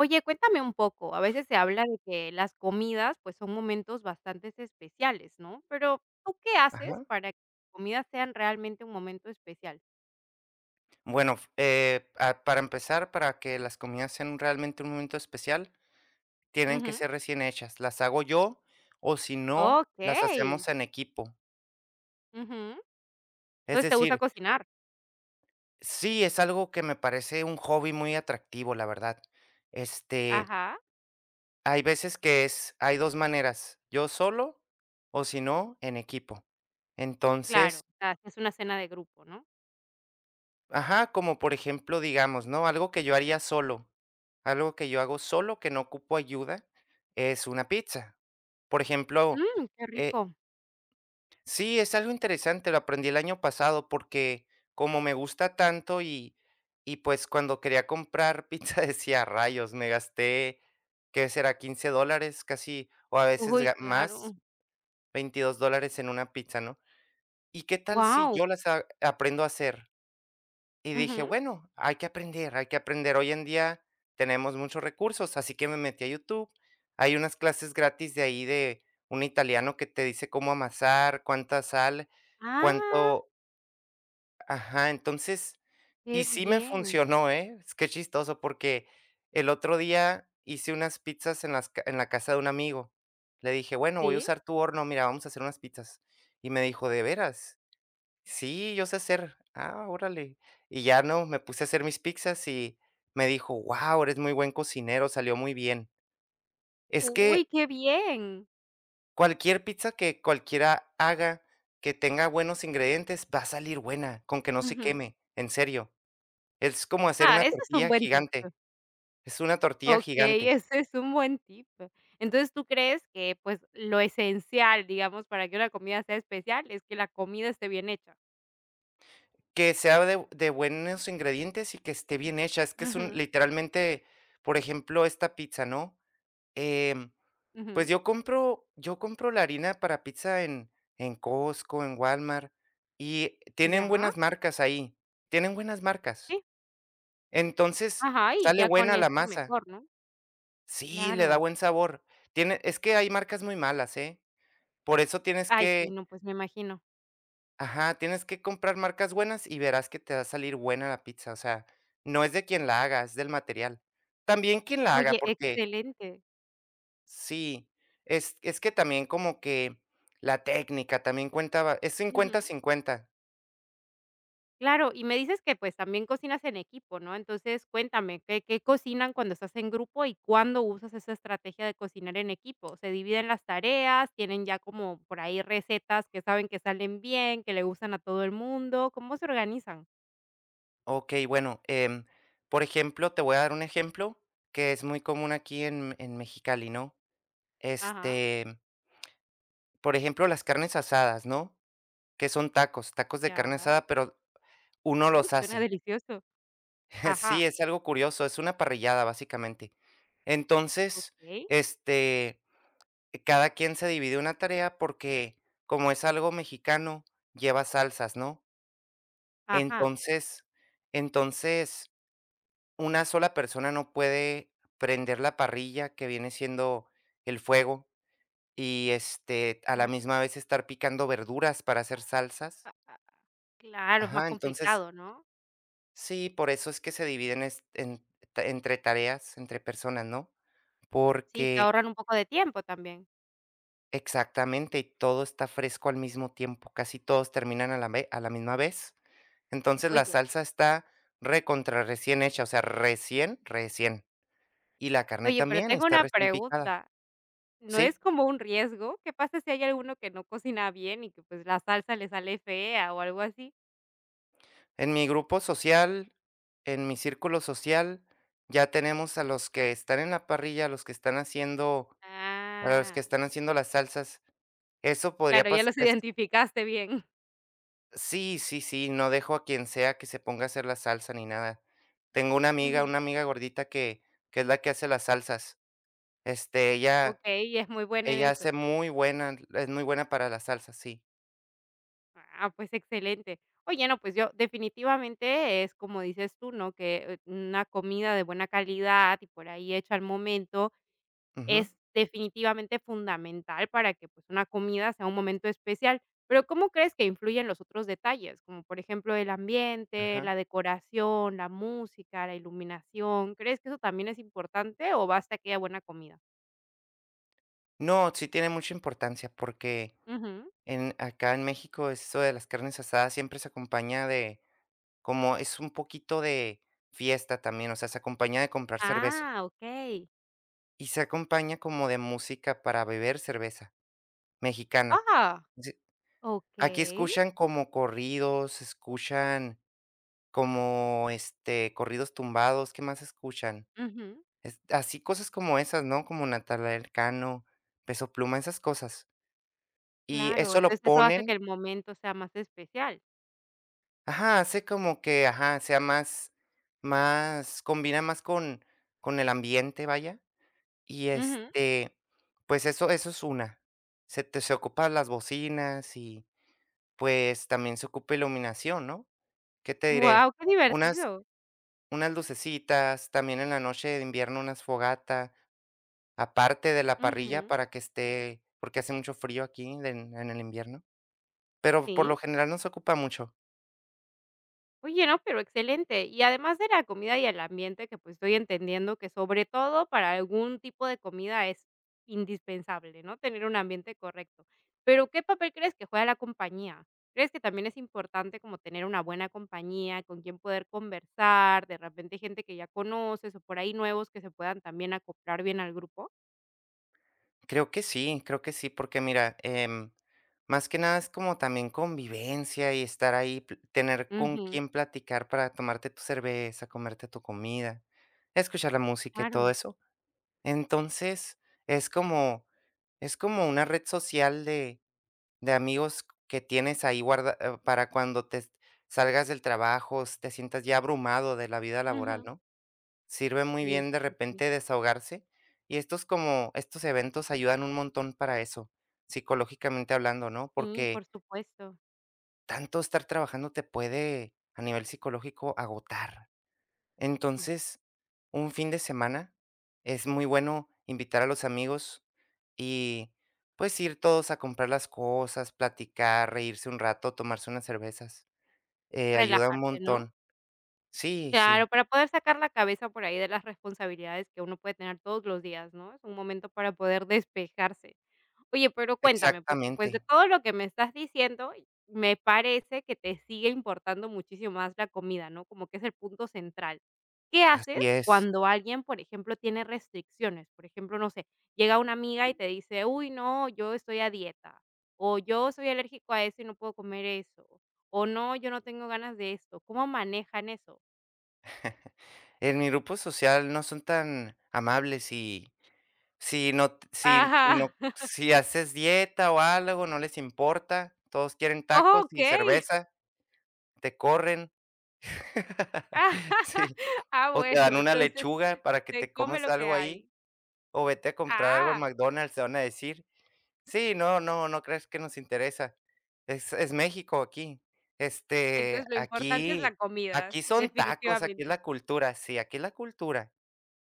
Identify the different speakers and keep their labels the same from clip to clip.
Speaker 1: Oye, cuéntame un poco, a veces se habla de que las comidas, pues, son momentos bastante especiales, ¿no? Pero, ¿tú qué haces
Speaker 2: Ajá.
Speaker 1: para que las comidas sean realmente un momento especial?
Speaker 2: Bueno, para empezar, para que las comidas sean realmente un momento especial, tienen que
Speaker 1: Ujú.
Speaker 2: ser recién hechas. Las hago yo, o si no, las
Speaker 1: Okey.
Speaker 2: hacemos en equipo.
Speaker 1: Ujú.
Speaker 2: Es
Speaker 1: Entonces, ¿te gusta
Speaker 2: decir,
Speaker 1: cocinar?
Speaker 2: sí, es algo que me parece un hobby muy atractivo, la verdad. Este,
Speaker 1: Ajá,
Speaker 2: hay veces que es hay 2 maneras: yo solo, o si no, en equipo.
Speaker 1: claro,
Speaker 2: Entonces,
Speaker 1: o sea, haces una cena de grupo, ¿no?
Speaker 2: ajá, como por ejemplo, digamos, ¿no? Algo que yo haría solo, algo que yo hago solo, que no ocupo ayuda, es una pizza. Por ejemplo,
Speaker 1: Mm, qué
Speaker 2: eh,
Speaker 1: rico.
Speaker 2: sí, es algo interesante. Lo aprendí el año pasado porque como me gusta tanto y pues cuando quería comprar pizza decía: "Rayos, me gasté, ¿qué será? $15 casi, o a veces
Speaker 1: Uy,
Speaker 2: más,
Speaker 1: claro.
Speaker 2: $22 en una pizza, ¿no? ¿Y qué tal si
Speaker 1: Wow.
Speaker 2: yo las aprendo a hacer?". Y dije:
Speaker 1: Ujú.
Speaker 2: "Bueno, hay que aprender, hay que aprender". Hoy en día tenemos muchos recursos, así que me metí a YouTube. Hay unas clases gratis de ahí, de un italiano que te dice cómo amasar, cuánta sal,
Speaker 1: Ah,
Speaker 2: cuánto, ajá. Entonces
Speaker 1: qué
Speaker 2: y sí me
Speaker 1: bien.
Speaker 2: funcionó, ¿eh? Es que chistoso, porque el otro día hice unas pizzas en las ca en la casa de un amigo. Le dije: "Bueno, voy a
Speaker 1: ¿Sí?
Speaker 2: usar tu horno, mira, vamos a hacer unas pizzas". Y me dijo: "¿De veras?". Sí, yo sé hacer. Ah, órale. Y ya, no, me puse a hacer mis pizzas y me dijo: "Guau, eres muy buen cocinero, salió muy bien". Es
Speaker 1: Uy,
Speaker 2: que
Speaker 1: qué bien.
Speaker 2: cualquier pizza que cualquiera haga, que tenga buenos ingredientes, va a salir buena, con que no se
Speaker 1: Ujú.
Speaker 2: queme, en serio. Es como hacer
Speaker 1: Ah,
Speaker 2: una
Speaker 1: eso es un
Speaker 2: tortilla
Speaker 1: buen tip.
Speaker 2: gigante, es una tortilla
Speaker 1: Okey,
Speaker 2: gigante,
Speaker 1: ese es un buen tip. Entonces, ¿tú crees que, pues, lo esencial, digamos, para que una comida sea especial es que la comida esté bien hecha?
Speaker 2: que sea de buenos ingredientes y que esté bien hecha. Es que es un,
Speaker 1: Ujú,
Speaker 2: literalmente, por ejemplo, esta pizza, ¿no? Em Pues
Speaker 1: ujú,
Speaker 2: yo compro, la harina para pizza en Costco, en Walmart, y tienen
Speaker 1: ya,
Speaker 2: buenas marcas ahí, tienen buenas marcas.
Speaker 1: sí,
Speaker 2: Entonces,
Speaker 1: ajá, y
Speaker 2: sale
Speaker 1: ya con
Speaker 2: buena la
Speaker 1: eso
Speaker 2: masa.
Speaker 1: mejor, ¿no?
Speaker 2: Sí, le da
Speaker 1: Claro.
Speaker 2: buen sabor. Tiene, es que hay marcas muy malas, ¿eh? Por eso tienes
Speaker 1: Ay,
Speaker 2: que,
Speaker 1: sí, no, pues, me imagino.
Speaker 2: ajá, tienes que comprar marcas buenas y verás que te va a salir buena la pizza. O sea, no es de quien la haga, es del material. También quien la
Speaker 1: Oye,
Speaker 2: haga, porque
Speaker 1: excelente.
Speaker 2: sí, es que también como que la técnica también cuenta, es cincuenta
Speaker 1: Ujú.
Speaker 2: cincuenta,
Speaker 1: Claro, y me dices que, pues, también cocinas en equipo, ¿no? Entonces, cuéntame, ¿qué cocinan cuando estás en grupo y cuándo usas esa estrategia de cocinar en equipo? ¿Se dividen las tareas? ¿Tienen ya como por ahí recetas que saben que salen bien, que le gustan a todo el mundo? ¿Cómo se organizan?
Speaker 2: Okey, bueno, por ejemplo, te voy a dar un ejemplo que es muy común aquí en Mexicali, ¿no?
Speaker 1: Ajá,
Speaker 2: Este, por ejemplo, las carnes asadas, ¿no? Que son tacos, tacos de carne
Speaker 1: ya.
Speaker 2: asada, pero uno
Speaker 1: Uy,
Speaker 2: los
Speaker 1: suena
Speaker 2: hace.
Speaker 1: delicioso.
Speaker 2: Sí,
Speaker 1: Ajá,
Speaker 2: es algo curioso, es una parrillada, básicamente. Entonces,
Speaker 1: okey.
Speaker 2: este que cada quien se divide una tarea porque, como es algo mexicano, lleva salsas, ¿no?
Speaker 1: Ajá.
Speaker 2: Entonces entonces, una sola persona no puede prender la parrilla, que viene siendo el fuego, y, a la
Speaker 1: Claro.
Speaker 2: misma vez estar picando verduras para hacer salsas.
Speaker 1: Ah, claro, es más
Speaker 2: Ajá, entonces
Speaker 1: complicado, ¿no?
Speaker 2: sí, por eso es que se dividen es en entre tareas, entre personas, ¿no?
Speaker 1: Sí, se
Speaker 2: Porque
Speaker 1: ahorran un poco de tiempo también.
Speaker 2: exactamente, y todo está fresco al mismo tiempo, casi todos terminan a la ve a la misma vez. Entonces, la
Speaker 1: Oye
Speaker 2: salsa está recontra recién hecha, o sea, recién, recién. Y la carne
Speaker 1: oye, pero
Speaker 2: también
Speaker 1: tengo
Speaker 2: está
Speaker 1: una
Speaker 2: recién picada.
Speaker 1: pregunta. No es
Speaker 2: Sí,
Speaker 1: como un riesgo, ¿qué pasa si hay alguno que no cocina bien y que, pues, la salsa le sale fea o algo así?
Speaker 2: en mi grupo social, en mi círculo social, ya tenemos a los que están en la parrilla, a los que están haciendo, a los que
Speaker 1: Ah,
Speaker 2: están haciendo las salsas. Eso podría
Speaker 1: claro, ya
Speaker 2: pas
Speaker 1: los identificaste bien.
Speaker 2: sí, sí, sí, no dejo a quien sea que se ponga a hacer la salsa ni nada. Tengo
Speaker 1: Ujú.
Speaker 2: una amiga gordita que es la que hace las salsas. Este, ella
Speaker 1: Okey, y es muy buena en
Speaker 2: ella
Speaker 1: eso.
Speaker 2: hace muy buena, es muy buena para las salsas, sí.
Speaker 1: Ah, pues excelente. Oye, no, pues yo definitivamente es como dices tú, ¿no? Que, una comida de buena calidad y por ahí hecha al momento
Speaker 2: Ujú,
Speaker 1: es definitivamente fundamental para que, pues, una comida sea un momento especial. Pero, ¿cómo crees que influyen los otros detalles? Como, por ejemplo, el ambiente,
Speaker 2: ajá.
Speaker 1: la decoración, la música, la iluminación. ¿Crees que eso también es importante o basta que haya buena comida?
Speaker 2: No, sí tiene mucha importancia porque
Speaker 1: Ujú.
Speaker 2: en, acá en México, eso de las carnes asadas siempre se acompaña de, como, es un poquito de fiesta también. O sea, se acompaña de comprar cerveza
Speaker 1: Ah, okey.
Speaker 2: y se acompaña como de música para beber cerveza mexicana.
Speaker 1: Ah,
Speaker 2: Sí. Aquí
Speaker 1: okey.
Speaker 2: escuchan como corridos, escuchan como, corridos tumbados. ¿Qué más escuchan?
Speaker 1: Ujú.
Speaker 2: Es así, cosas como esas, ¿no? Como Natalia Elcano, Peso Pluma, esas cosas. Y
Speaker 1: Claro,
Speaker 2: eso lo
Speaker 1: entonces eso hace que
Speaker 2: ponen,
Speaker 1: el momento sea más especial.
Speaker 2: ajá, hace como que, ajá, sea más, más combina más con el ambiente, vaya. Y,
Speaker 1: Wow,
Speaker 2: pues eso, es una. Se ocupan las bocinas y, pues, también se ocupa iluminación, ¿no? ¿Qué te diré?
Speaker 1: qué
Speaker 2: Unas
Speaker 1: divertido.
Speaker 2: Unas lucecitas, también en la noche de invierno unas fogata, aparte de la parrilla,
Speaker 1: Ujú.
Speaker 2: para que esté, porque hace mucho frío aquí en el invierno, pero por
Speaker 1: Sí.
Speaker 2: lo general no se ocupa mucho.
Speaker 1: Oye, no, pero excelente. Y además de la comida y el ambiente, que pues estoy entendiendo que sobre todo para algún tipo de comida es indispensable, ¿no? Tener un ambiente correcto. Pero ¿qué papel crees que juega la compañía? ¿Crees que también es importante como tener una buena compañía con quien poder conversar, de repente gente que ya conoces o por ahí nuevos que se puedan también acoplar bien al grupo?
Speaker 2: Creo que sí, porque mira, más que nada es como también convivencia y estar ahí, pl tener con
Speaker 1: Ujú,
Speaker 2: quién platicar para tomarte tu cerveza, comerte tu comida, escuchar la música y todo
Speaker 1: claro.
Speaker 2: eso. Entonces, es como, es como una red social de amigos que tienes ahí guarda, para cuando te salgas del trabajo, s te sientas ya abrumado de la vida laboral,
Speaker 1: Ujú.
Speaker 2: ¿no? Sirve muy
Speaker 1: Sí,
Speaker 2: bien de
Speaker 1: sí, sí.
Speaker 2: repente desahogarse, y estos, como estos eventos ayudan un montón para eso, psicológicamente hablando, ¿no?
Speaker 1: Sí, por
Speaker 2: Porque
Speaker 1: supuesto.
Speaker 2: tanto estar trabajando te puede, a nivel psicológico, agotar.
Speaker 1: Sí.
Speaker 2: Entonces, un fin de semana es muy bueno invitar a los amigos y, pues, ir todos a comprar las cosas, platicar, reírse un rato, tomarse unas cervezas, ayuda un
Speaker 1: Relajarse, ¿no?
Speaker 2: montón. Sí,
Speaker 1: Claro,
Speaker 2: sí,
Speaker 1: para poder sacar la cabeza por ahí de las responsabilidades que uno puede tener todos los días, ¿no? Es un momento para poder despejarse. Oye, pero cuéntame, porque pues
Speaker 2: exactamente,
Speaker 1: de todo lo que me estás diciendo, me parece que te sigue importando muchísimo más la comida, ¿no? Como que es el punto central. ¿Qué haces
Speaker 2: así es.
Speaker 1: cuando alguien, por ejemplo, tiene restricciones? Por ejemplo, no sé, llega una amiga y te dice, uy, no, yo estoy a dieta, o yo soy alérgico a eso y no puedo comer eso, o no, yo no tengo ganas de esto. ¿Cómo manejan eso?
Speaker 2: En mi grupo social no son tan amables y si no t si,
Speaker 1: Ajá.
Speaker 2: si haces dieta o algo, no les importa, todos quieren tacos y
Speaker 1: Okey.
Speaker 2: cerveza, te corren. Sí.
Speaker 1: Ah,
Speaker 2: O te
Speaker 1: bueno,
Speaker 2: dan una
Speaker 1: entonces
Speaker 2: lechuga para que
Speaker 1: se
Speaker 2: te
Speaker 1: come
Speaker 2: comas
Speaker 1: lo que
Speaker 2: algo ahí,
Speaker 1: hay.
Speaker 2: o vete a comprar algo en
Speaker 1: Ah,
Speaker 2: McDonald's. Te van a decir: "Sí, no, no, no crees que nos interesa, es México aquí". Este,
Speaker 1: entonces lo importante es la
Speaker 2: aquí
Speaker 1: comida,
Speaker 2: Aquí son tacos, aquí es
Speaker 1: definitivamente.
Speaker 2: la cultura, sí, aquí es la cultura.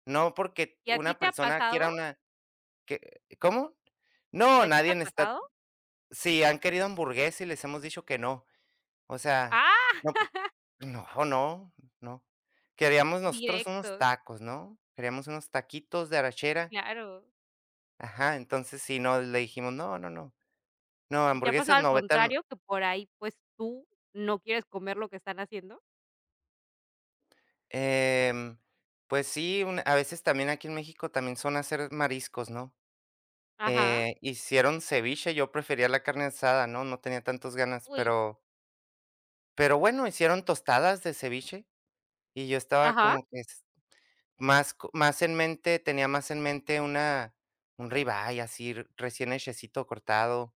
Speaker 2: No porque
Speaker 1: ¿Y a ti
Speaker 2: una
Speaker 1: te ha
Speaker 2: persona
Speaker 1: pasado?
Speaker 2: quiera una, que ¿cómo?
Speaker 1: ¿Y
Speaker 2: No,
Speaker 1: a ti te
Speaker 2: nadie
Speaker 1: ha
Speaker 2: está,
Speaker 1: pasado?
Speaker 2: sí, han querido hamburguesa y les hemos dicho que no. O sea,
Speaker 1: Ah,
Speaker 2: no, no, no. Queríamos nosotros unos
Speaker 1: directos,
Speaker 2: tacos, ¿no? Queríamos unos taquitos de arachera.
Speaker 1: claro.
Speaker 2: Ajá, entonces sí, no, le dijimos: "No, no, no. No,
Speaker 1: ¿Y te ha
Speaker 2: hamburguesas
Speaker 1: pasado al
Speaker 2: no, vete al".
Speaker 1: contrario, que por ahí, pues, tú no quieres comer lo que están haciendo?
Speaker 2: Em, pues sí, un a veces también aquí en México también son hacer mariscos, ¿no?
Speaker 1: Ajá.
Speaker 2: Hicieron ceviche, yo prefería la carne asada, ¿no? No tenía tantas ganas,
Speaker 1: Uy.
Speaker 2: pero bueno, hicieron tostadas de ceviche y yo estaba
Speaker 1: Ajá.
Speaker 2: como que, más en mente tenía, más en mente una, un ribeye así r- recién hechecito, cortado,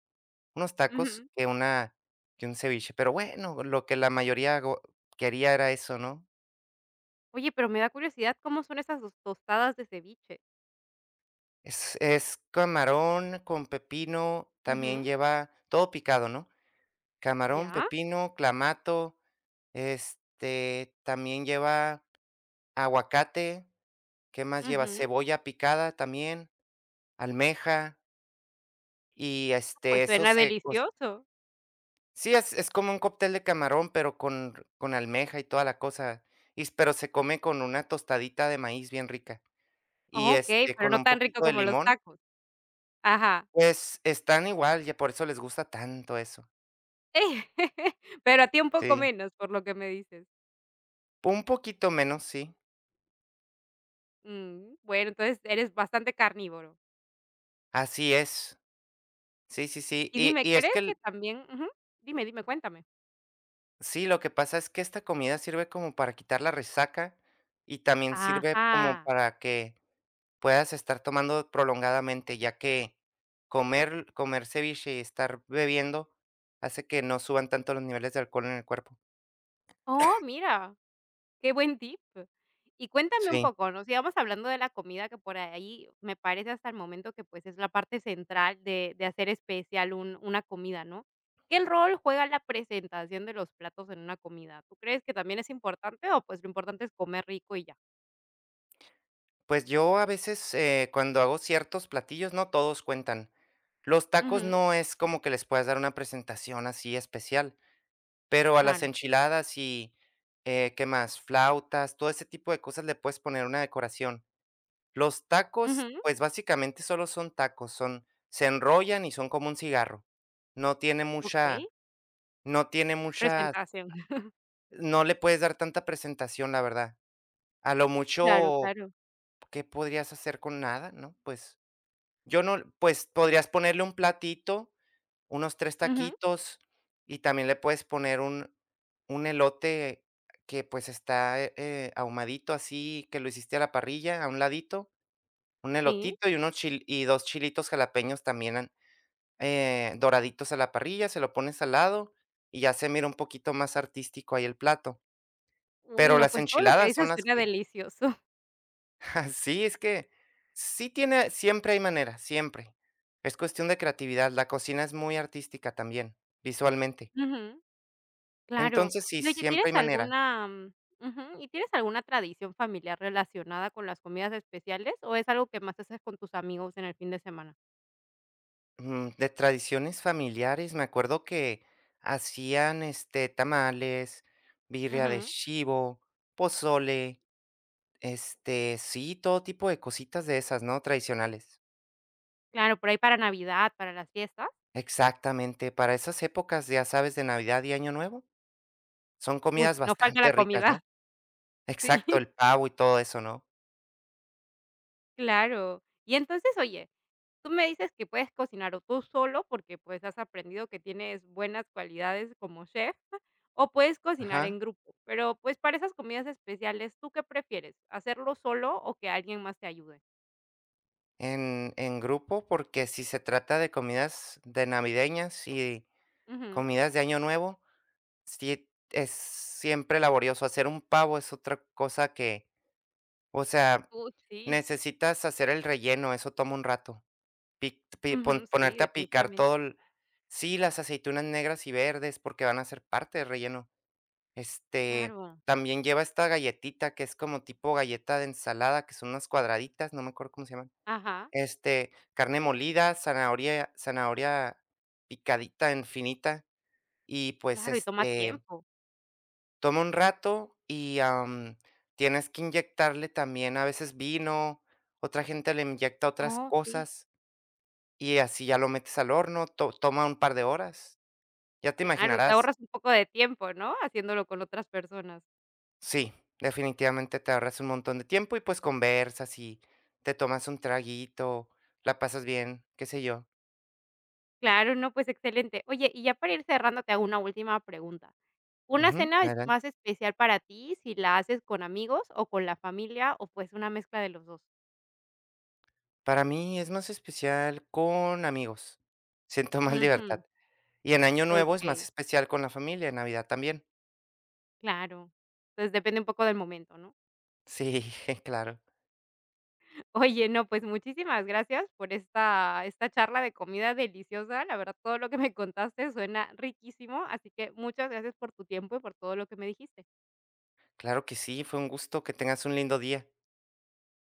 Speaker 2: unos tacos,
Speaker 1: Ujú.
Speaker 2: que un ceviche, pero bueno, lo que la mayoría go quería era eso, ¿no?
Speaker 1: Oye, pero me da curiosidad, ¿cómo son esas dos tostadas de ceviche?
Speaker 2: Es camarón con pepino, también
Speaker 1: Ujú.
Speaker 2: lleva todo picado, ¿no? Camarón,
Speaker 1: ¿Ya?
Speaker 2: pepino, clamato, también lleva aguacate. ¿Qué más lleva?
Speaker 1: Ujú.
Speaker 2: Cebolla picada también, almeja, y,
Speaker 1: Pues,
Speaker 2: eso
Speaker 1: suena
Speaker 2: se,
Speaker 1: delicioso.
Speaker 2: sí, es como un cóctel de camarón, pero con almeja y toda la cosa, y s pero se come con una tostadita de maíz bien rica, y,
Speaker 1: Okey, pero
Speaker 2: con
Speaker 1: no
Speaker 2: un
Speaker 1: tan rico
Speaker 2: poquito de
Speaker 1: como los
Speaker 2: limón.
Speaker 1: tacos. Ajá.
Speaker 2: Pues, están igual, ya por eso les gusta tanto eso.
Speaker 1: Pero a ti un poco
Speaker 2: Sí,
Speaker 1: menos, por lo que me dices.
Speaker 2: un poquito menos, sí,
Speaker 1: Mm, bueno, entonces eres bastante carnívoro.
Speaker 2: así es. Sí, sí, sí,
Speaker 1: Y dime,
Speaker 2: y es
Speaker 1: ¿crees
Speaker 2: que
Speaker 1: que
Speaker 2: el,
Speaker 1: también? Ujú. Dime, cuéntame.
Speaker 2: sí, lo que pasa es que esta comida sirve como para quitar la resaca, y también sirve como
Speaker 1: Ajá.
Speaker 2: para que puedas estar tomando prolongadamente, ya que comer ceviche y estar bebiendo hace que no suban tanto los niveles de alcohol en el cuerpo.
Speaker 1: Oh, mira. Qué buen tip. Y cuéntame un
Speaker 2: Sí,
Speaker 1: poco, ¿no? Sigamos hablando de la comida, que por ahí me parece hasta el momento que pues es la parte central de hacer especial una comida, ¿no? ¿Qué rol juega la presentación de los platos en una comida? ¿Tú crees que también es importante o pues lo importante es comer rico y ya?
Speaker 2: pues yo a veces, cuando hago ciertos platillos, no todos cuentan. Los
Speaker 1: Ujú,
Speaker 2: tacos no es como que les puedas dar una presentación así especial, pero a las
Speaker 1: claro.
Speaker 2: enchiladas y, ¿qué más? Flautas, todo ese tipo de cosas le puedes poner una decoración. Los tacos,
Speaker 1: Ujú,
Speaker 2: pues, básicamente solo son tacos, son se enrollan y son como un cigarro. No tiene
Speaker 1: ok.
Speaker 2: mucha, no tiene mucha
Speaker 1: Presentación.
Speaker 2: no le puedes dar tanta presentación, la verdad. A lo
Speaker 1: Claro,
Speaker 2: mucho,
Speaker 1: claro.
Speaker 2: ¿qué podrías hacer con nada, no? Pues, yo no pues, podrías ponerle un platito, unos 3
Speaker 1: Ujú,
Speaker 2: taquitos, y también le puedes poner un, elote que, pues, está, ahumadito así, que lo hiciste a la parrilla, a un ladito. Un
Speaker 1: sí.
Speaker 2: elotito y unos chil y 2 chilitos jalapeños también, doraditos a la parrilla, se lo pones al lado y ya se mira un poquito más artístico ahí el plato.
Speaker 1: Uy,
Speaker 2: Pero
Speaker 1: no,
Speaker 2: las
Speaker 1: pues todo lo que
Speaker 2: enchiladas son
Speaker 1: dices
Speaker 2: las
Speaker 1: suena
Speaker 2: que,
Speaker 1: delicioso.
Speaker 2: sí, es que sí tiene, siempre hay manera, siempre. Es cuestión de creatividad, la cocina es muy artística también, visualmente.
Speaker 1: Ujú. Claro.
Speaker 2: Entonces sí,
Speaker 1: Y oye,
Speaker 2: siempre hay
Speaker 1: ¿tienes
Speaker 2: manera.
Speaker 1: alguna, ujú, y tienes alguna tradición familiar relacionada con las comidas especiales, o es algo que más haces con tus amigos en el fin de semana?
Speaker 2: Ujú, de tradiciones familiares, me acuerdo que hacían, tamales, birria de
Speaker 1: Ujú.
Speaker 2: chivo, pozole. Sí, todo tipo de cositas de esas, ¿no? Tradicionales.
Speaker 1: Claro, por ahí para Navidad, para las fiestas.
Speaker 2: Exactamente, para esas épocas, ya sabes, de Navidad y Año Nuevo, son
Speaker 1: Uy,
Speaker 2: comidas
Speaker 1: no falta la
Speaker 2: bastante ricas,
Speaker 1: comida.
Speaker 2: ¿no?
Speaker 1: Sí,
Speaker 2: Exacto, el pavo y todo eso, ¿no?
Speaker 1: claro. Y entonces, oye, tú me dices que puedes cocinar o tú solo, porque, pues, has aprendido que tienes buenas cualidades como chef, o puedes cocinar
Speaker 2: Ajá.
Speaker 1: en grupo. Pero, pues, para esas comidas especiales, ¿tú qué prefieres? ¿Hacerlo solo o que alguien más te ayude?
Speaker 2: En, grupo, porque si se trata de comidas de navideñas y
Speaker 1: Ujú.
Speaker 2: comidas de Año Nuevo, sí es siempre laborioso. Hacer un pavo es otra cosa que, o sea,
Speaker 1: Uy, sí.
Speaker 2: necesitas hacer el relleno, eso toma un rato. Pic pi
Speaker 1: Ujú,
Speaker 2: pon
Speaker 1: sí,
Speaker 2: Ponerte a picar todo
Speaker 1: definitivamente.
Speaker 2: el, sí, las aceitunas negras y verdes, porque van a ser parte del relleno. Este,
Speaker 1: Claro.
Speaker 2: también lleva esta galletita que es como tipo galleta de ensalada, que son unas cuadraditas, no me acuerdo cómo se llaman.
Speaker 1: Ajá.
Speaker 2: Carne molida, zanahoria picadita, en finita, y pues,
Speaker 1: Claro, y toma tiempo.
Speaker 2: toma un rato y, tienes que inyectarle también a veces vino, otra gente le inyecta otras
Speaker 1: Oh, sí,
Speaker 2: cosas. Y así ya lo metes al horno, to toma un par de horas, ya te
Speaker 1: claro, te
Speaker 2: imaginarás.
Speaker 1: ahorras un poco de tiempo, ¿no?, haciéndolo con otras personas.
Speaker 2: Sí, definitivamente te ahorras un montón de tiempo y, pues, conversas y te tomas un traguito, la pasas bien, qué sé yo.
Speaker 1: Claro, no, pues excelente. Oye, y ya para ir cerrando, te hago una última pregunta. ¿Una
Speaker 2: Ujú,
Speaker 1: cena es
Speaker 2: adelante.
Speaker 1: más especial para ti si la haces con amigos o con la familia o, pues, una mezcla de los dos?
Speaker 2: Para mí es más especial con amigos, siento más
Speaker 1: Ujú.
Speaker 2: libertad. Y en Año Nuevo es más
Speaker 1: Okey,
Speaker 2: especial con la familia, en Navidad también.
Speaker 1: claro. Entonces, depende un poco del momento, ¿no?
Speaker 2: Sí, claro,
Speaker 1: Oye, no, pues muchísimas gracias por esta charla de comida deliciosa. La verdad, todo lo que me contaste suena riquísimo, así que muchas gracias por tu tiempo y por todo lo que me dijiste.
Speaker 2: claro que sí, fue un gusto, que tengas un lindo día.